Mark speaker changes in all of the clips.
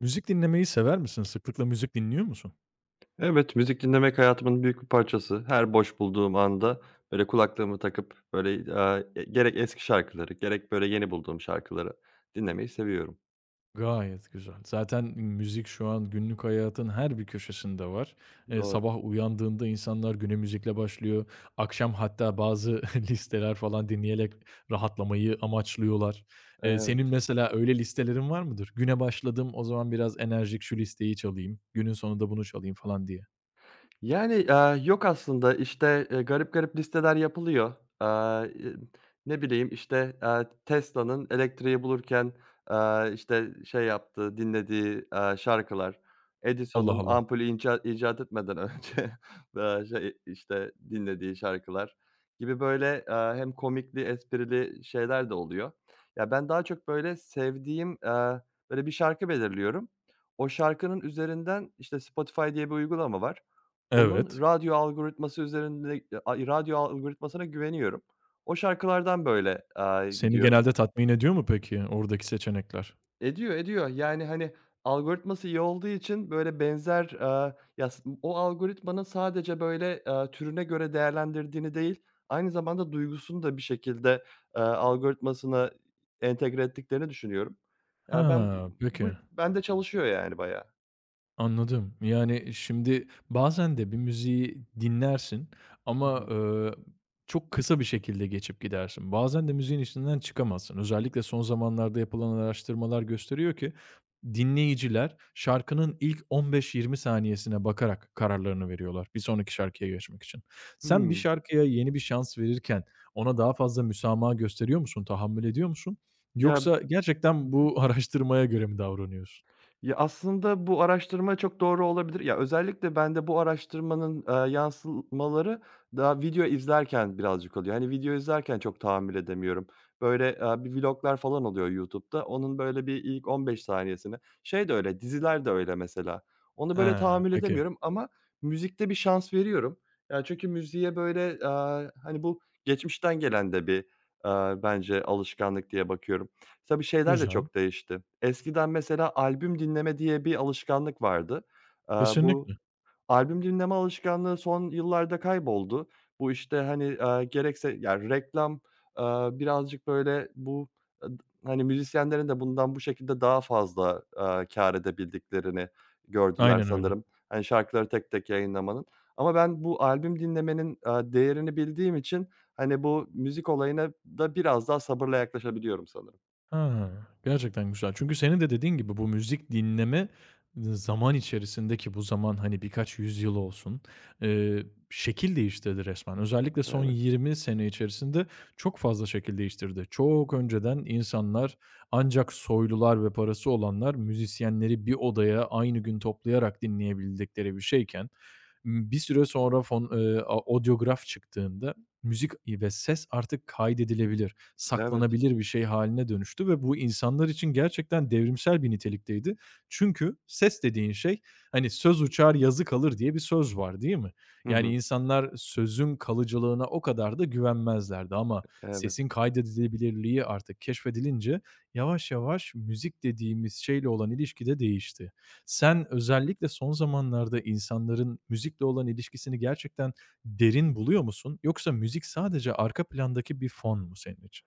Speaker 1: Müzik dinlemeyi sever misin? Sıklıkla müzik dinliyor musun?
Speaker 2: Evet, müzik dinlemek hayatımın büyük bir parçası. Her boş bulduğum anda, böyle, kulaklığımı takıp, böyle, aaa, e gerek eski şarkıları gerek, böyle, yeni bulduğum şarkıları dinlemeyi seviyorum.
Speaker 1: Gayet güzel. Zaten müzik şu an günlük hayatın her bir köşesinde var.
Speaker 2: Doğru.
Speaker 1: Sabah uyandığında insanlar güne müzikle başlıyor. Akşam hatta bazı listeler falan dinleyerek rahatlamayı amaçlıyorlar.
Speaker 2: Evet.
Speaker 1: Senin mesela öyle listelerin var mıdır? Güne başladım, o zaman biraz enerjik şu listeyi çalayım. Günün sonunda bunu çalayım falan diye.
Speaker 2: Yani, yok aslında, işte, garip garip listeler yapılıyor. Eee, eee, ne bileyim, işte, Tesla'nın elektriği bulurken, işte, şey yaptığı, dinlediği, şarkılar,
Speaker 1: Allah
Speaker 2: Edison'un
Speaker 1: Allah.
Speaker 2: ampulü icat etmeden önce, şey, işte, dinlediği şarkılar gibi böyle, hem komikli, esprili şeyler de oluyor. Ya, ben daha çok böyle sevdiğim, böyle bir şarkı belirliyorum. O şarkının üzerinden, işte, Spotify diye bir uygulama var. Onun
Speaker 1: Evet.
Speaker 2: radyo algoritmasına güveniyorum. O şarkılardan böyle,
Speaker 1: Seni
Speaker 2: gidiyorum.
Speaker 1: genelde tatmin ediyor mu peki oradaki seçenekler?
Speaker 2: Ediyor, ediyor. Yani, hani, algoritması iyi olduğu için böyle benzer, ya, o algoritmanın sadece böyle, türüne göre değerlendirdiğini değil, aynı zamanda duygusunu da bir şekilde, algoritmasına entegre ettiklerini düşünüyorum. Ya,
Speaker 1: Ha,
Speaker 2: bu
Speaker 1: peki.
Speaker 2: bende çalışıyor yani bayağı.
Speaker 1: Anladım. Yani, şimdi bazen de bir müziği dinlersin
Speaker 2: Hı
Speaker 1: ama,
Speaker 2: hı.
Speaker 1: çok kısa bir şekilde geçip gidersin. Bazen de müziğin içinden çıkamazsın. Özellikle son zamanlarda yapılan araştırmalar gösteriyor ki dinleyiciler şarkının ilk 15-20 saniyesine bakarak kararlarını veriyorlar bir sonraki şarkıya geçmek için. Sen bir
Speaker 2: Hımm.
Speaker 1: şarkıya yeni bir şans verirken ona daha fazla müsamaha gösteriyor musun, tahammül ediyor musun?
Speaker 2: Ya. Hı
Speaker 1: Yoksa gerçekten
Speaker 2: hı.
Speaker 1: bu araştırmaya göre mi davranıyorsun?
Speaker 2: Ya, aslında bu araştırma çok doğru olabilir. Ya, özellikle bende bu araştırmanın, yansımaları daha video izlerken birazcık oluyor. Hani, video izlerken çok tahammül edemiyorum. Böyle, bir vlog'lar falan oluyor YouTube'da. Onun böyle bir ilk 15 saniyesini. Şey de öyle, diziler de öyle mesela. Onu böyle
Speaker 1: He,
Speaker 2: tahammül
Speaker 1: peki.
Speaker 2: edemiyorum ama müzikte bir şans veriyorum. Ya, çünkü müziğe böyle, hani, bu geçmişten gelen de bir, bence alışkanlık diye bakıyorum. Tabii şeyler de
Speaker 1: Güzel.
Speaker 2: çok değişti. Eskiden mesela albüm dinleme diye bir alışkanlık vardı. Bu
Speaker 1: Kesinlikle.
Speaker 2: albüm dinleme alışkanlığı son yıllarda kayboldu. Bu, işte, hani, gerekse yani reklam, eee, birazcık, böyle, bu, ed hani, müzisyenlerin de bundan bu şekilde daha fazla, kâr edebildiklerini gördüler
Speaker 1: Aynen öyle.
Speaker 2: sanırım. Hani, şarkıları tek tek yayınlamanın. Ama ben bu albüm dinlemenin, değerini bildiğim için, hani, bu müzik olayına da biraz daha sabırla yaklaşabiliyorum sanırım.
Speaker 1: Ha, gerçekten güzel. Çünkü senin de dediğin gibi bu müzik dinleme zaman içerisindeki bu zaman, hani, birkaç yüzyıl olsun, eee, şekil değiştirdi resmen. Özellikle son
Speaker 2: Evet.
Speaker 1: 20 sene içerisinde çok fazla şekil değiştirdi. Çok önceden insanlar ancak soylular ve parası olanlar müzisyenleri bir odaya aynı gün toplayarak dinleyebildikleri bir şeyken, bir süre sonra fon a odyograf çıktığında müzik, ve ses artık kaydedilebilir,
Speaker 2: Evet.
Speaker 1: saklanabilir bir şey haline dönüştü ve bu insanlar için gerçekten devrimsel bir nitelikteydi. Çünkü ses dediğin şey, hani, "Söz uçar, yazı kalır." diye bir söz var, değil mi?
Speaker 2: Hı hı.
Speaker 1: Yani, insanlar sözün kalıcılığına o kadar da güvenmezlerdi ama
Speaker 2: Evet.
Speaker 1: sesin kaydedilebilirliği artık keşfedilince yavaş yavaş müzik dediğimiz şeyle olan ilişki de değişti. Sen özellikle son zamanlarda insanların müzikle olan ilişkisini gerçekten derin buluyor musun? Yoksa müzik sadece arka plandaki bir fon mu senin için?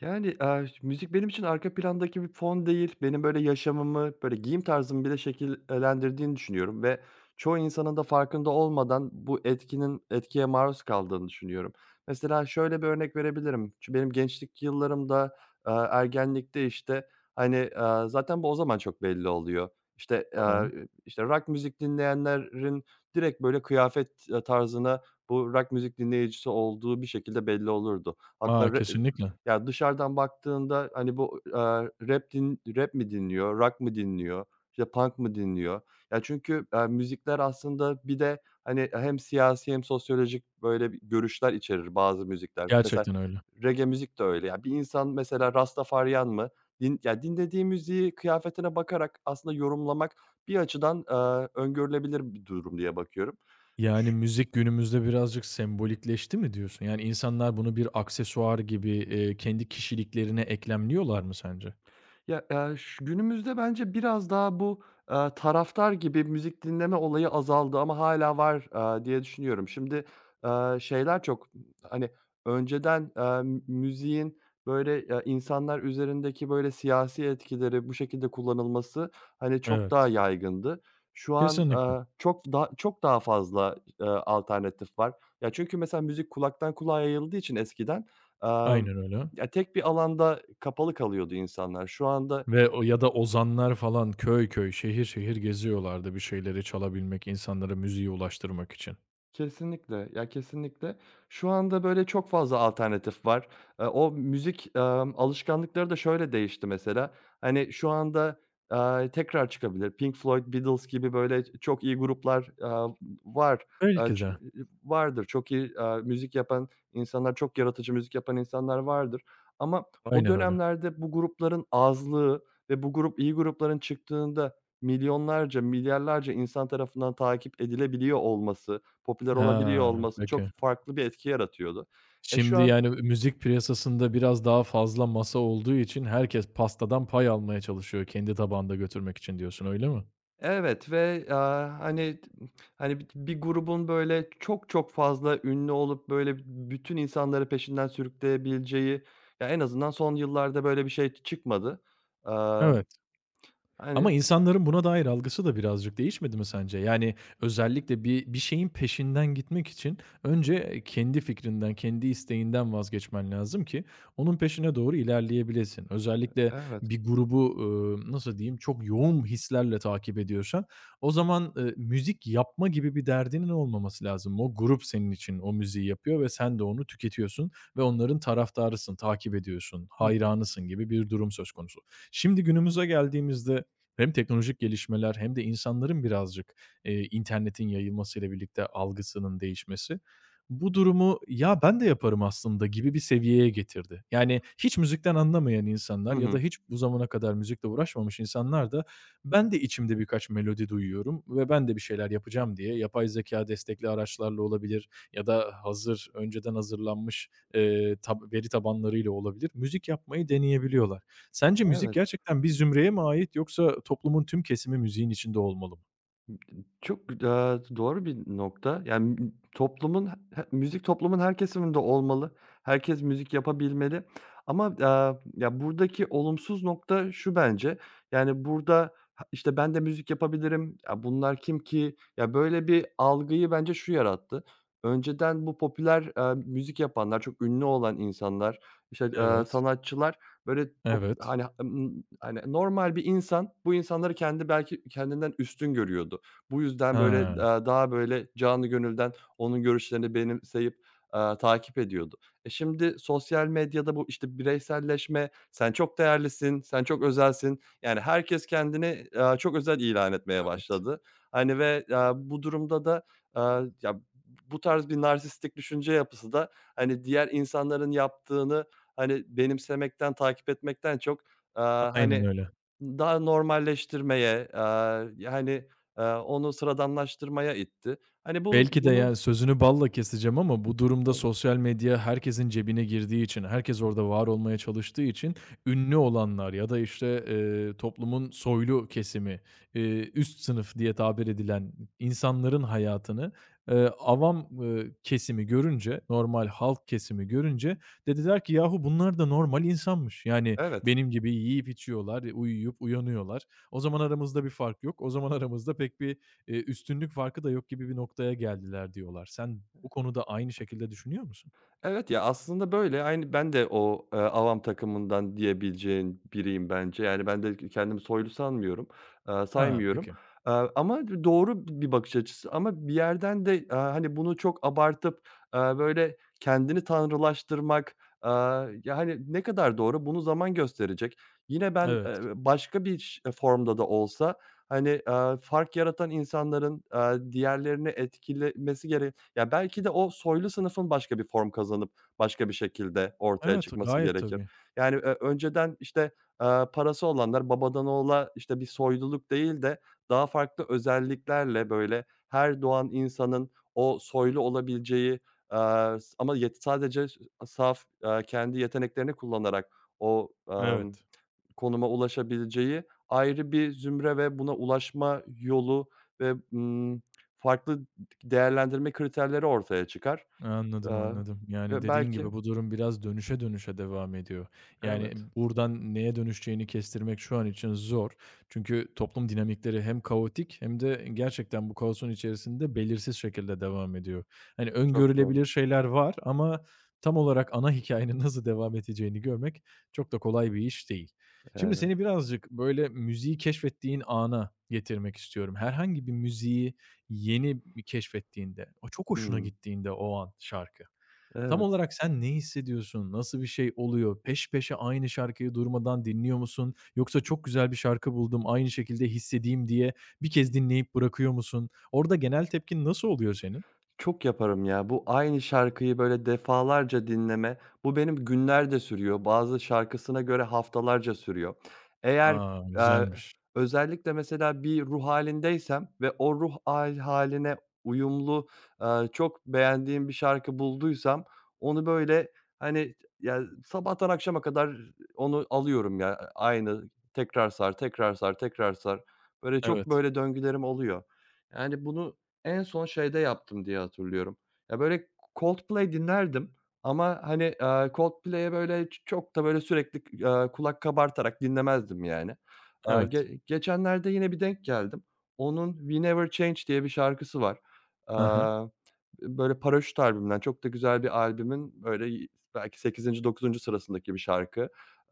Speaker 2: Yani, aaa, ş müzik benim için arka plandaki bir fon değil, benim, böyle, yaşamımı, böyle, giyim tarzımı bile şekillendirdiğini düşünüyorum ve çoğu insanın da farkında olmadan bu etkinin etkiye maruz kaldığını düşünüyorum. Mesela şöyle bir örnek verebilirim. Benim gençlik yıllarımda, ergenlikte, işte, hani, zaten bu o zaman çok belli oluyor. İşte, aaa,
Speaker 1: Tamam.
Speaker 2: işte, rock müzik dinleyenlerin direkt, böyle, kıyafet, tarzına bu rock müzik dinleyicisi olduğu bir şekilde belli olurdu.
Speaker 1: A,
Speaker 2: Hatta
Speaker 1: kesinlikle.
Speaker 2: ya, dışarıdan baktığında, hani, bu, rap mi dinliyor, rock mı dinliyor, işte, punk mı dinliyor? Ya, çünkü, müzikler aslında bir de, hani, hem siyasi hem sosyolojik, böyle, bir görüşler içerir bazı müzikler. Mesela
Speaker 1: Gerçekten öyle.
Speaker 2: reggae müzik de öyle. Ya, bir insan mesela rastafaryan mı, ya, dinlediği müziği kıyafetine bakarak aslında yorumlamak bir açıdan, öngörülebilir bir durum diye bakıyorum.
Speaker 1: Yani, müzik günümüzde birazcık sembolikleşti mi diyorsun? Yani, insanlar bunu bir aksesuar gibi, kendi kişiliklerine eklemliyorlar mı sence?
Speaker 2: Ya, şu günümüzde bence biraz daha bu, taraftar gibi müzik dinleme olayı azaldı ama hâlâ var, diye düşünüyorum. Şimdi, şeyler çok, hani, önceden, müziğin böyle, insanlar üzerindeki böyle siyasi etkileri bu şekilde kullanılması, hani, çok daha
Speaker 1: Evet.
Speaker 2: yaygındı. Şu an,
Speaker 1: Kesinlikle.
Speaker 2: çok daha fazla, alternatif var. Ya, çünkü mesela müzik kulaktan kulağa yayıldığı için eskiden, emm
Speaker 1: Aynen öyle.
Speaker 2: ya, tek bir alanda kapalı kalıyordu insanlar. Şu anda.
Speaker 1: Ve o ya da ozanlar falan köy köy, şehir şehir geziyorlardı bir şeyleri çalabilmek, insanlara müziği ulaştırmak için.
Speaker 2: Kesinlikle, ya, kesinlikle. Şu anda, böyle, çok fazla alternatif var. O müzik, alışkanlıkları da şöyle değişti mesela. Hani, şu anda, tekrar çıkabilir. Pink Floyd, Beatles gibi, böyle, çok iyi gruplar, var.
Speaker 1: Belki
Speaker 2: Ç
Speaker 1: de.
Speaker 2: vardır. Çok iyi, müzik yapan insanlar, çok yaratıcı müzik yapan insanlar vardır. Ama o
Speaker 1: Aynen öyle.
Speaker 2: dönemlerde bu grupların azlığı ve bu grup iyi grupların çıktığında milyonlarca, milyarlarca insan tarafından takip edilebiliyor olması popüler olabiliyor
Speaker 1: Ha,
Speaker 2: olması çok
Speaker 1: peki.
Speaker 2: farklı bir etki yaratıyordu. Şu
Speaker 1: Şimdi,
Speaker 2: an.
Speaker 1: yani, müzik piyasasında biraz daha fazla masa olduğu için herkes pastadan pay almaya çalışıyor kendi tabağında götürmek için diyorsun, öyle mi?
Speaker 2: Evet ve, hani, bir grubun böyle çok çok fazla ünlü olup böyle bütün insanları peşinden sürükleyebileceği, ya, en azından son yıllarda böyle bir şey çıkmadı. Aaa,
Speaker 1: Evet.
Speaker 2: hani.
Speaker 1: Ama insanların buna dair algısı da birazcık değişmedi mi sence? Yani, özellikle bir şeyin peşinden gitmek için önce kendi fikrinden, kendi isteğinden vazgeçmen lazım ki onun peşine doğru ilerleyebilesin. Özellikle
Speaker 2: Evet.
Speaker 1: bir grubu, nasıl diyeyim, çok yoğun hislerle takip ediyorsan o zaman, müzik yapma gibi bir derdinin olmaması lazım. O grup senin için o müziği yapıyor ve sen de onu tüketiyorsun ve onların taraftarısın, takip ediyorsun,
Speaker 2: Hı hı.
Speaker 1: hayranısın gibi bir durum söz konusu. Şimdi günümüze geldiğimizde hem teknolojik gelişmeler hem de insanların birazcık, internetin yayılmasıyla birlikte algısının değişmesi, bu durumu "Ya, ben de yaparım aslında." gibi bir seviyeye getirdi. Yani hiç müzikten anlamayan
Speaker 2: Hı
Speaker 1: insanlar ya da
Speaker 2: hı.
Speaker 1: hiç bu zamana kadar müzikle uğraşmamış insanlar da "Ben de içimde birkaç melodi duyuyorum ve ben de bir şeyler yapacağım." diye yapay zeka destekli araçlarla olabilir ya da hazır önceden hazırlanmış, tab veri tabanlarıyla olabilir, müzik yapmayı deneyebiliyorlar. Sence müzik
Speaker 2: Evet.
Speaker 1: gerçekten bir zümreye mi ait yoksa toplumun tüm kesimi müziğin içinde olmalı mı?
Speaker 2: Doğru bir nokta. Yani, m toplumun he müzik toplumun her kesiminde olmalı. Herkes müzik yapabilmeli ama, ya, buradaki olumsuz nokta şu bence, yani, burada, ha, işte, "Ben de müzik yapabilirim." "Ya, bunlar kim ki?" Ya, böyle bir algıyı bence şu yarattı. Önceden bu popüler, müzik yapanlar, çok ünlü olan insanlar, işte,
Speaker 1: Evet,
Speaker 2: sanatçılar, böyle,
Speaker 1: evet.
Speaker 2: hani, normal bir insan, bu insanları kendi belki kendinden üstün görüyordu. Bu yüzden, böyle,
Speaker 1: Ha.
Speaker 2: daha, böyle, canı gönülden onun görüşlerini benimseyip, takip ediyordu. Şimdi sosyal medyada bu, işte, bireyselleşme, "Sen çok değerlisin, sen çok özelsin." Yani herkes kendini, çok özel ilan etmeye
Speaker 1: Evet.
Speaker 2: başladı. Hani ve, bu durumda da, ya, bu tarz bir narsistik düşünce yapısı da, hani, diğer insanların yaptığını, hani, benimsemekten, takip etmekten çok, eee,
Speaker 1: Aynen
Speaker 2: hani
Speaker 1: öyle.
Speaker 2: daha normalleştirmeye, yani, onu sıradanlaştırmaya itti. Hani, bu
Speaker 1: Belki de
Speaker 2: bunu
Speaker 1: yani sözünü balla keseceğim ama bu durumda
Speaker 2: Tabii.
Speaker 1: sosyal medya herkesin cebine girdiği için, herkes orada var olmaya çalıştığı için ünlü olanlar ya da işte, toplumun soylu kesimi, üst sınıf diye tabir edilen insanların hayatını, avam kesimi görünce, normal halk kesimi görünce dediler ki yahu bunlar da normal insanmış. Yani
Speaker 2: Evet.
Speaker 1: benim gibi yiyip içiyorlar, uyuyup uyanıyorlar. O zaman aramızda bir fark yok. O zaman aramızda pek bir üstünlük farkı da yok gibi bir noktaya geldiler diyorlar. Sen bu konuda aynı şekilde düşünüyor musun?
Speaker 2: Evet ya, aslında böyle. Aynı ben de o, avam takımından diyebileceğin biriyim bence. Yani ben de kendimi soylu sanmıyorum,
Speaker 1: Ha,
Speaker 2: saymıyorum.
Speaker 1: peki.
Speaker 2: Ama doğru bir bakış açısı ama bir yerden de, hani, bunu çok abartıp, böyle kendini tanrılaştırmak, eee, ya, hani, ne kadar doğru bunu zaman gösterecek. Yine ben,
Speaker 1: Evet.
Speaker 2: başka bir formda da olsa, hani, fark yaratan insanların, diğerlerini etkilemesi ya, belki de o soylu sınıfın başka bir form kazanıp başka bir şekilde ortaya
Speaker 1: Evet,
Speaker 2: çıkması
Speaker 1: gayet
Speaker 2: gerekir.
Speaker 1: tabii.
Speaker 2: Yani, önceden, işte, parası olanlar babadan oğula, işte, bir soyluluk değil de daha farklı özelliklerle, böyle, her doğan insanın o soylu olabileceği, ama sadece saf, kendi yeteneklerini kullanarak o,
Speaker 1: Evet.
Speaker 2: konuma ulaşabileceği ayrı bir zümre ve buna ulaşma yolu ve, farklı değerlendirme kriterleri ortaya çıkar.
Speaker 1: Anladım,
Speaker 2: Eee,
Speaker 1: anladım. Yani,
Speaker 2: ve
Speaker 1: dediğin
Speaker 2: belki.
Speaker 1: gibi bu durum biraz dönüşe dönüşe devam ediyor. Yani,
Speaker 2: Evet,
Speaker 1: buradan neye dönüşeceğini kestirmek şu an için zor. Çünkü toplum dinamikleri hem kaotik hem de gerçekten bu kaosun içerisinde belirsiz şekilde devam ediyor. Hani,
Speaker 2: çok doğru.
Speaker 1: öngörülebilir şeyler var ama tam olarak ana hikâyenin nasıl devam edeceğini görmek çok da kolay bir iş değil. Şimdi
Speaker 2: Evet.
Speaker 1: seni birazcık, böyle, müziği keşfettiğin ana getirmek istiyorum. Herhangi bir müziği yeni bir keşfettiğinde, o çok hoşuna
Speaker 2: Hımm.
Speaker 1: gittiğinde o an şarkı, tam
Speaker 2: Evet.
Speaker 1: olarak sen ne hissediyorsun? Nasıl bir şey oluyor? Peş peşe aynı şarkıyı durmadan dinliyor musun? Yoksa çok güzel bir şarkı buldum, aynı şekilde hissedeyim diye bir kez dinleyip bırakıyor musun? Orada genel tepkin nasıl oluyor senin?
Speaker 2: Çok yaparım ya. Bu aynı şarkıyı böyle defalarca dinleme, bu benim günlerde sürüyor. Bazı şarkısına göre haftalarca sürüyor. Eğer,
Speaker 1: A!
Speaker 2: eee,
Speaker 1: Güzelmiş.
Speaker 2: özellikle mesela bir ruh halindeysem ve o ruh hâline uyumlu, çok beğendiğim bir şarkı bulduysam onu böyle, hani, ya, sabahtan akşama kadar onu alıyorum ya. Aynı tekrar sar, tekrar sar, tekrar sar. Böyle çok
Speaker 1: Evet,
Speaker 2: böyle döngülerim oluyor. Yani bunu en son şeyde yaptım diye hatırlıyorum. Ya, böyle Coldplay dinlerdim ama, hani, Coldplay'e böyle çok da böyle sürekli, kulak kabartarak dinlemezdim yani.
Speaker 1: evet.
Speaker 2: Ge geçenlerde yine bir denk geldim. Onun "We Never Change" diye bir şarkısı var.
Speaker 1: Hı hı.
Speaker 2: Eee Böyle Paraşüt albümünden, çok da güzel bir albümün böyle belki sekizinci dokuzuncu sırasındaki bir şarkı.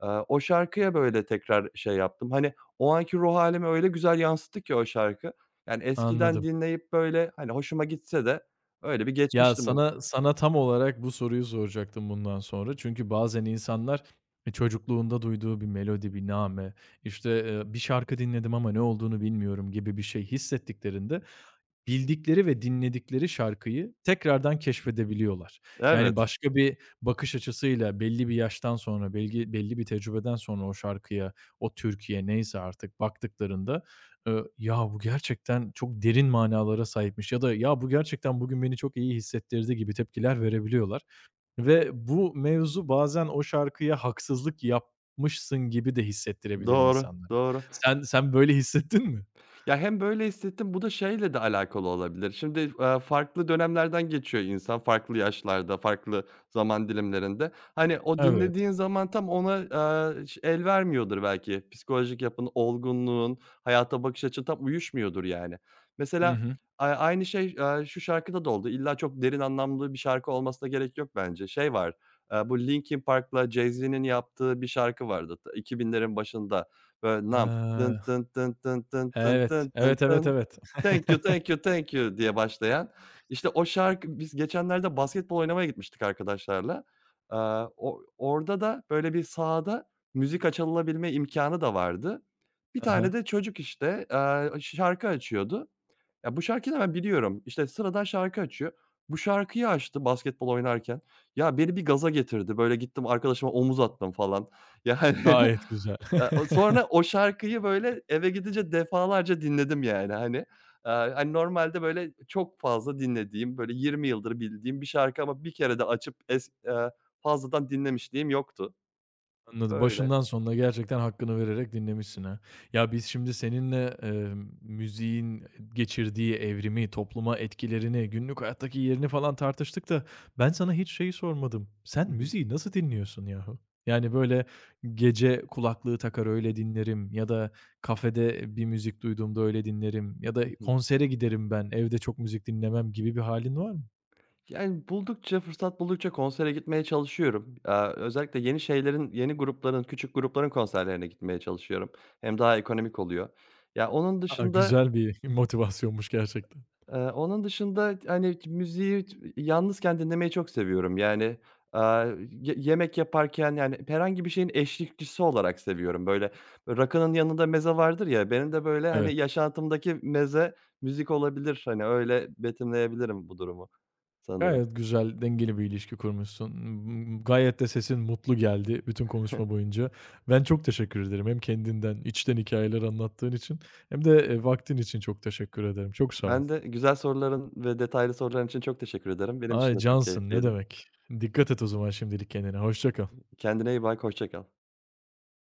Speaker 2: O şarkıya böyle tekrar şey yaptım. Hani, o anki ruh hâlimi öyle güzel yansıttı ki o şarkı. Yani eskiden
Speaker 1: Anladım.
Speaker 2: dinleyip böyle, hani, hoşuma gitse de öyle bir
Speaker 1: Ya,
Speaker 2: geçmiştim o.
Speaker 1: sana tam olarak bu soruyu soracaktım bundan sonra. Çünkü bazen insanlar, e, çocukluğunda duyduğu bir melodi, bir name, işte, bir şarkı dinledim ama ne olduğunu bilmiyorum gibi bir şey hissettiklerinde bildikleri ve dinledikleri şarkıyı tekrardan keşfedebiliyorlar. Yani,
Speaker 2: Evet.
Speaker 1: başka bir bakış açısıyla belli bir yaştan sonra, belli bir tecrübeden sonra o şarkıya, o Türkiye neyse artık baktıklarında "Ya, bu gerçekten çok derin manalara sahipmiş." ya da "Ya, bu gerçekten bugün beni çok iyi hissettirdi." gibi tepkiler verebiliyorlar ve bu mevzu bazen o şarkıya haksızlık yapmışsın gibi de hissettirebilir
Speaker 2: Doğru,
Speaker 1: insanlara.
Speaker 2: doğru.
Speaker 1: Sen böyle hissettin mi?
Speaker 2: Ya, hem böyle hissettim, bu da şeyle de alakalı olabilir. Şimdi, farklı dönemlerden geçiyor insan, farklı yaşlarda, farklı zaman dilimlerinde. Hani, o
Speaker 1: Evet.
Speaker 2: dinlediğin zaman tam ona, ş el vermiyordur belki. Psikolojik yapın, olgunluğun, hayata bakış açın tam uyuşmuyordur yani.
Speaker 1: Hı
Speaker 2: Mesela
Speaker 1: hı.
Speaker 2: aynı şey, şu şarkıda da oldu. İlla çok derin anlamlı bir şarkı olmasına gerek yok bence. Şey var, bu Linkin Park'la Jay-Z'nin yaptığı bir şarkı vardı, ta 2000'lerin başında. Böyle ne yap dın
Speaker 1: Eee,
Speaker 2: dın dın dın dın dın
Speaker 1: evet.
Speaker 2: dın dın
Speaker 1: Evet, evet,
Speaker 2: dın.
Speaker 1: evet.
Speaker 2: "Thank you, thank you, thank you." diye başlayan. İşte o şarkı, biz geçenlerde basketbol oynamaya gitmiştik arkadaşlarla. Eee, o orada da böyle bir sahada müzik açılabilme imkânı da vardı. Bir
Speaker 1: Hı
Speaker 2: tane
Speaker 1: hı.
Speaker 2: de çocuk, işte, şarkı açıyordu. Ya, bu şarkıyı da ben biliyorum. İşte, sıradan şarkı açıyor. Bu şarkıyı açtı basketbol oynarken. Ya, beni bir gaza getirdi. Böyle gittim arkadaşıma omuz attım falan. Yani,
Speaker 1: Gayet güzel.
Speaker 2: o sonra o şarkıyı, böyle, eve gidince defalarca dinledim yani, hani. Hani, normalde, böyle, çok fazla dinlediğim, böyle, 20 yıldır bildiğim bir şarkı ama bir kere de açıp es fazladan dinlemişliğim yoktu.
Speaker 1: Anladım.
Speaker 2: Öyle.
Speaker 1: Başından sonuna gerçekten hakkını vererek dinlemişsin ha. Ya biz şimdi seninle, müziğin geçirdiği evrimi, topluma etkilerini, günlük hayattaki yerini falan tartıştık da ben sana hiç şeyi sormadım.
Speaker 2: Hı
Speaker 1: Sen
Speaker 2: hı.
Speaker 1: müziği nasıl dinliyorsun yahu? Yani, böyle, gece kulaklığı takar öyle dinlerim ya da kafede bir müzik duyduğumda öyle dinlerim ya
Speaker 2: Hı
Speaker 1: da
Speaker 2: hı.
Speaker 1: konsere giderim ben, evde çok müzik dinlemem gibi bir halin var mı?
Speaker 2: Yani, fırsat buldukça konsere gitmeye çalışıyorum. Özellikle yeni şeylerin, yeni grupların, küçük grupların konserlerine gitmeye çalışıyorum. Hem daha ekonomik oluyor. Ya, onun
Speaker 1: A,
Speaker 2: dışında,
Speaker 1: güzel bir motivasyonmuş gerçekten.
Speaker 2: eee, onun dışında, hani, müziği yalnızken dinlemeyi çok seviyorum. Yani, aaa, yemek yaparken, yani, herhangi bir şeyin eşlikçisi olarak seviyorum. Böyle, rakının yanında meze vardır ya, benim de, böyle, hani,
Speaker 1: Evet.
Speaker 2: yaşantımdaki meze müzik olabilir. Hani, öyle betimleyebilirim bu durumu sanırım.
Speaker 1: Gayet güzel, dengeli bir ilişki kurmuşsun. M gayet de sesin mutlu geldi bütün konuşma boyunca. Ben çok teşekkür ederim. Hem kendinden, içten hikayeler anlattığın için hem de, vaktin için çok teşekkür ederim. Çok sağ ol.
Speaker 2: Ben de güzel soruların ve detaylı soruların için çok teşekkür ederim. Benim için
Speaker 1: Ay,
Speaker 2: de çok
Speaker 1: cansın, ne
Speaker 2: keyifliydi.
Speaker 1: demek. Dikkat et o zaman şimdilik kendine. Hoşça kal.
Speaker 2: Kendine iyi bak, hoşça kal.